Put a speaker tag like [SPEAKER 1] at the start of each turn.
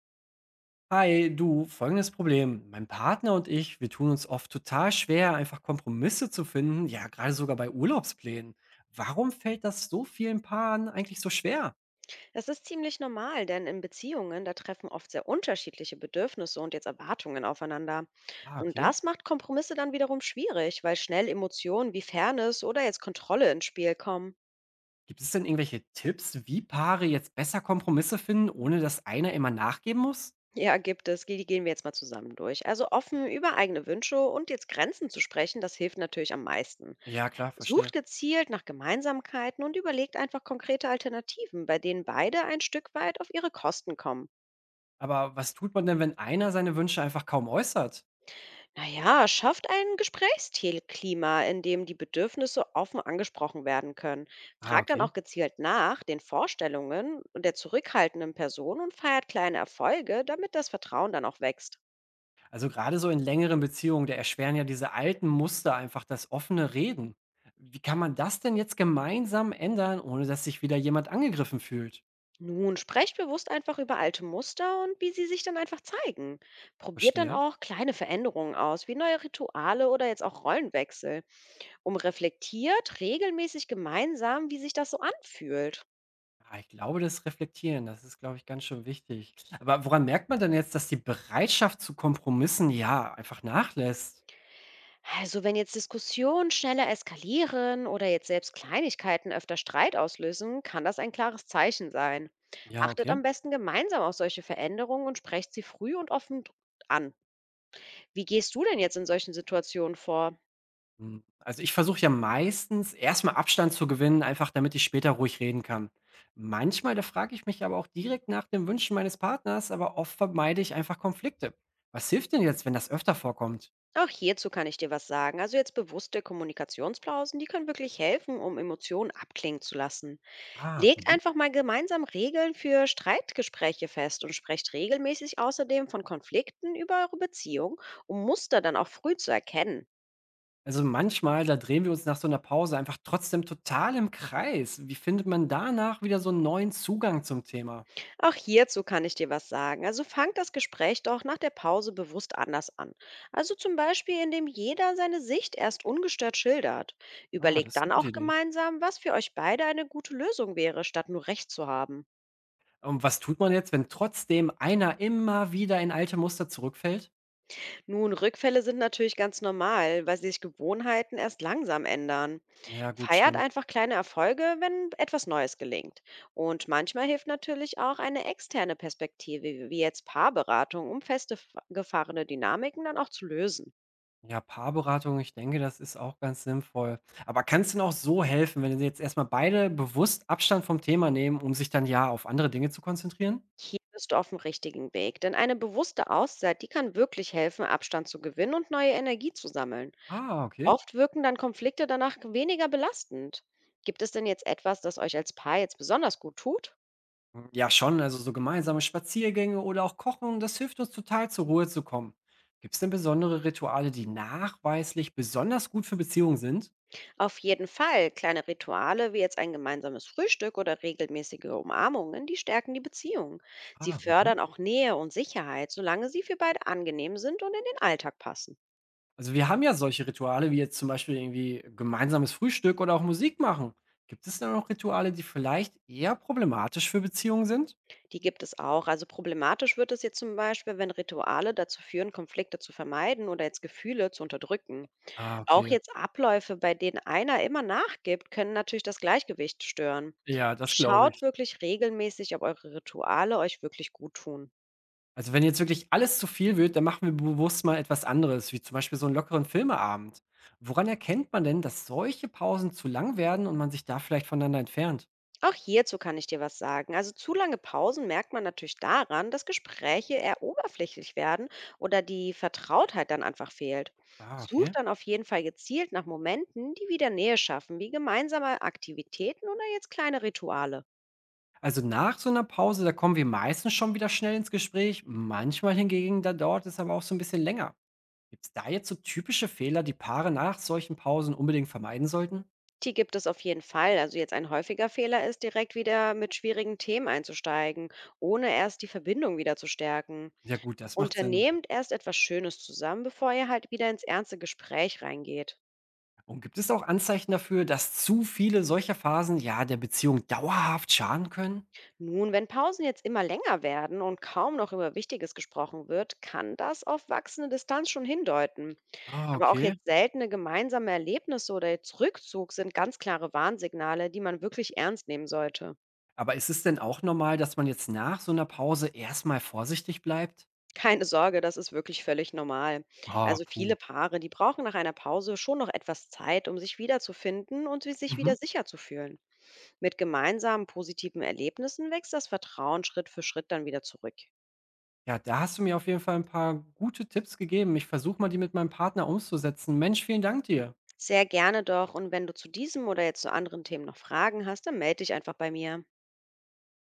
[SPEAKER 1] Hi, du, folgendes Problem. Mein Partner und ich, wir tun uns oft total schwer, einfach Kompromisse zu finden, ja, gerade sogar bei Urlaubsplänen. Warum fällt das so vielen Paaren eigentlich so schwer?
[SPEAKER 2] Das ist ziemlich normal, denn in Beziehungen, da treffen oft sehr unterschiedliche Bedürfnisse und jetzt Erwartungen aufeinander.
[SPEAKER 1] Ah,
[SPEAKER 2] Und
[SPEAKER 1] okay.
[SPEAKER 2] das macht Kompromisse dann wiederum schwierig, weil schnell Emotionen wie Fairness oder jetzt Kontrolle ins Spiel kommen.
[SPEAKER 1] Gibt es denn irgendwelche Tipps, wie Paare jetzt besser Kompromisse finden, ohne dass einer immer nachgeben muss?
[SPEAKER 2] Ja, gibt es. Die gehen wir jetzt mal zusammen durch. Also offen über eigene Wünsche und jetzt Grenzen zu sprechen, das hilft natürlich am meisten.
[SPEAKER 1] Ja, klar,
[SPEAKER 2] Sucht
[SPEAKER 1] verstehe.
[SPEAKER 2] gezielt nach Gemeinsamkeiten und überlegt einfach konkrete Alternativen, bei denen beide ein Stück weit auf ihre Kosten kommen.
[SPEAKER 1] Aber was tut man denn, wenn einer seine Wünsche einfach kaum äußert?
[SPEAKER 2] Naja, schafft ein Gesprächsklima, in dem die Bedürfnisse offen angesprochen werden können.
[SPEAKER 1] Ah,
[SPEAKER 2] Fragt dann
[SPEAKER 1] okay.
[SPEAKER 2] auch gezielt nach den Vorstellungen der zurückhaltenden Person und feiert kleine Erfolge, damit das Vertrauen dann auch wächst.
[SPEAKER 1] Also gerade so in längeren Beziehungen, da erschweren ja diese alten Muster einfach das offene Reden. Wie kann man das denn jetzt gemeinsam ändern, ohne dass sich wieder jemand angegriffen fühlt?
[SPEAKER 2] Nun sprecht bewusst einfach über alte Muster und wie sie sich dann einfach zeigen. Probiert dann
[SPEAKER 1] Verstehe.
[SPEAKER 2] auch kleine Veränderungen aus, wie neue Rituale oder jetzt auch Rollenwechsel, um reflektiert regelmäßig gemeinsam, wie sich das so anfühlt.
[SPEAKER 1] Ah, ich glaube, das Reflektieren, das ist, glaube ich, ganz schön wichtig. Aber woran merkt man denn jetzt, dass die Bereitschaft zu Kompromissen ja einfach nachlässt?
[SPEAKER 2] Also wenn jetzt Diskussionen schneller eskalieren oder jetzt selbst Kleinigkeiten öfter Streit auslösen, kann das ein klares Zeichen sein.
[SPEAKER 1] Ja,
[SPEAKER 2] Achtet am
[SPEAKER 1] okay.
[SPEAKER 2] besten gemeinsam auf solche Veränderungen und sprecht sie früh und offen an. Wie gehst du denn jetzt in solchen Situationen vor?
[SPEAKER 1] Hm, also, ich versuche ja meistens erst mal Abstand zu gewinnen, einfach damit ich später ruhig reden kann. Manchmal, da frage ich mich aber auch direkt nach den Wünschen meines Partners, aber oft vermeide ich einfach Konflikte. Was hilft denn jetzt, wenn das öfter vorkommt?
[SPEAKER 2] Auch hierzu kann ich dir was sagen. Also jetzt bewusste Kommunikationspausen, die können wirklich helfen, um Emotionen abklingen zu lassen.
[SPEAKER 1] Ah,
[SPEAKER 2] Legt
[SPEAKER 1] mhm.
[SPEAKER 2] einfach mal gemeinsam Regeln für Streitgespräche fest und sprecht regelmäßig außerdem von Konflikten über eure Beziehung, um Muster dann auch früh zu erkennen.
[SPEAKER 1] Also, manchmal, da drehen wir uns nach so einer Pause einfach trotzdem total im Kreis. Wie findet man danach wieder so einen neuen Zugang zum Thema?
[SPEAKER 2] Auch hierzu kann ich dir was sagen. Also fangt das Gespräch doch nach der Pause bewusst anders an. Also zum Beispiel, indem jeder seine Sicht erst ungestört schildert.
[SPEAKER 1] Ah,
[SPEAKER 2] Überlegt
[SPEAKER 1] das ist
[SPEAKER 2] dann
[SPEAKER 1] eine gute
[SPEAKER 2] auch
[SPEAKER 1] Idee.
[SPEAKER 2] gemeinsam, was für euch beide eine gute Lösung wäre, statt nur Recht zu haben.
[SPEAKER 1] Und was tut man jetzt, wenn trotzdem einer immer wieder in alte Muster zurückfällt?
[SPEAKER 2] Nun, Rückfälle sind natürlich ganz normal, weil sich Gewohnheiten erst langsam ändern.
[SPEAKER 1] Ja, gut,
[SPEAKER 2] Feiert
[SPEAKER 1] stimmt.
[SPEAKER 2] einfach kleine Erfolge, wenn etwas Neues gelingt. Und manchmal hilft natürlich auch eine externe Perspektive, wie jetzt Paarberatung, um feste gefahrene Dynamiken dann auch zu lösen.
[SPEAKER 1] Ja, Paarberatung, ich denke, das ist auch ganz sinnvoll. Aber kann es denn auch so helfen, wenn sie jetzt erstmal beide bewusst Abstand vom Thema nehmen, um sich dann ja auf andere Dinge zu konzentrieren?
[SPEAKER 2] Hier bist du auf dem richtigen Weg, denn eine bewusste Auszeit, die kann wirklich helfen, Abstand zu gewinnen und neue Energie zu sammeln.
[SPEAKER 1] Ah, okay.
[SPEAKER 2] Oft wirken dann Konflikte danach weniger belastend. Gibt es denn jetzt etwas, das euch als Paar jetzt besonders gut tut?
[SPEAKER 1] Hm, ja schon, also so gemeinsame Spaziergänge oder auch Kochen, das hilft uns total zur Ruhe zu kommen. Gibt es denn besondere Rituale, die nachweislich besonders gut für Beziehungen sind?
[SPEAKER 2] Auf jeden Fall, kleine Rituale wie jetzt ein gemeinsames Frühstück oder regelmäßige Umarmungen, die stärken die Beziehung. Sie
[SPEAKER 1] Ah, mhm.
[SPEAKER 2] fördern auch Nähe und Sicherheit, solange sie für beide angenehm sind und in den Alltag passen.
[SPEAKER 1] Also wir haben ja solche Rituale, wie jetzt zum Beispiel irgendwie gemeinsames Frühstück oder auch Musik machen. Gibt es denn auch Rituale, die vielleicht eher problematisch für Beziehungen sind?
[SPEAKER 2] Die gibt es auch. Also problematisch wird es jetzt zum Beispiel, wenn Rituale dazu führen, Konflikte zu vermeiden oder jetzt Gefühle zu unterdrücken.
[SPEAKER 1] Ah,
[SPEAKER 2] Auch
[SPEAKER 1] okay.
[SPEAKER 2] jetzt Abläufe, bei denen einer immer nachgibt, können natürlich das Gleichgewicht stören.
[SPEAKER 1] Ja, das glaube
[SPEAKER 2] Schaut
[SPEAKER 1] ich.
[SPEAKER 2] wirklich regelmäßig, ob eure Rituale euch wirklich gut tun.
[SPEAKER 1] Also, wenn jetzt wirklich alles zu viel wird, dann machen wir bewusst mal etwas anderes, wie zum Beispiel so einen lockeren Filmeabend. Woran erkennt man denn, dass solche Pausen zu lang werden und man sich da vielleicht voneinander entfernt?
[SPEAKER 2] Auch hierzu kann ich dir was sagen. Also zu lange Pausen merkt man natürlich daran, dass Gespräche eher oberflächlich werden oder die Vertrautheit dann einfach fehlt.
[SPEAKER 1] Ah,
[SPEAKER 2] Such
[SPEAKER 1] okay.
[SPEAKER 2] dann auf jeden Fall gezielt nach Momenten, die wieder Nähe schaffen, wie gemeinsame Aktivitäten oder jetzt kleine Rituale.
[SPEAKER 1] Also, nach so einer Pause, da kommen wir meistens schon wieder schnell ins Gespräch. Manchmal hingegen, da dauert es aber auch so ein bisschen länger. Gibt es da jetzt so typische Fehler, die Paare nach solchen Pausen unbedingt vermeiden sollten?
[SPEAKER 2] Die gibt es auf jeden Fall. Also jetzt ein häufiger Fehler ist, direkt wieder mit schwierigen Themen einzusteigen, ohne erst die Verbindung wieder zu stärken.
[SPEAKER 1] Ja gut, das macht Sinn.
[SPEAKER 2] Unternehmt erst etwas Schönes zusammen, bevor ihr halt wieder ins ernste Gespräch reingeht.
[SPEAKER 1] Und gibt es auch Anzeichen dafür, dass zu viele solcher Phasen, ja, der Beziehung dauerhaft schaden können?
[SPEAKER 2] Nun, wenn Pausen jetzt immer länger werden und kaum noch über Wichtiges gesprochen wird, kann das auf wachsende Distanz schon hindeuten.
[SPEAKER 1] Ah,
[SPEAKER 2] Aber auch
[SPEAKER 1] okay.
[SPEAKER 2] jetzt seltene gemeinsame Erlebnisse oder jetzt Rückzug sind ganz klare Warnsignale, die man wirklich ernst nehmen sollte.
[SPEAKER 1] Aber ist es denn auch normal, dass man jetzt nach so einer Pause erstmal vorsichtig bleibt?
[SPEAKER 2] Keine Sorge, das ist wirklich völlig normal.
[SPEAKER 1] Ah,
[SPEAKER 2] Also viele
[SPEAKER 1] puh.
[SPEAKER 2] Paare, die brauchen nach einer Pause schon noch etwas Zeit, um sich wiederzufinden und sich
[SPEAKER 1] Mhm.
[SPEAKER 2] wieder sicher zu fühlen. Mit gemeinsamen positiven Erlebnissen wächst das Vertrauen Schritt für Schritt dann wieder zurück.
[SPEAKER 1] Ja, da hast du mir auf jeden Fall ein paar gute Tipps gegeben. Ich versuche mal, die mit meinem Partner umzusetzen. Mensch, vielen Dank dir.
[SPEAKER 2] Sehr gerne doch. Und wenn du zu diesem oder jetzt zu anderen Themen noch Fragen hast, dann melde dich einfach bei mir.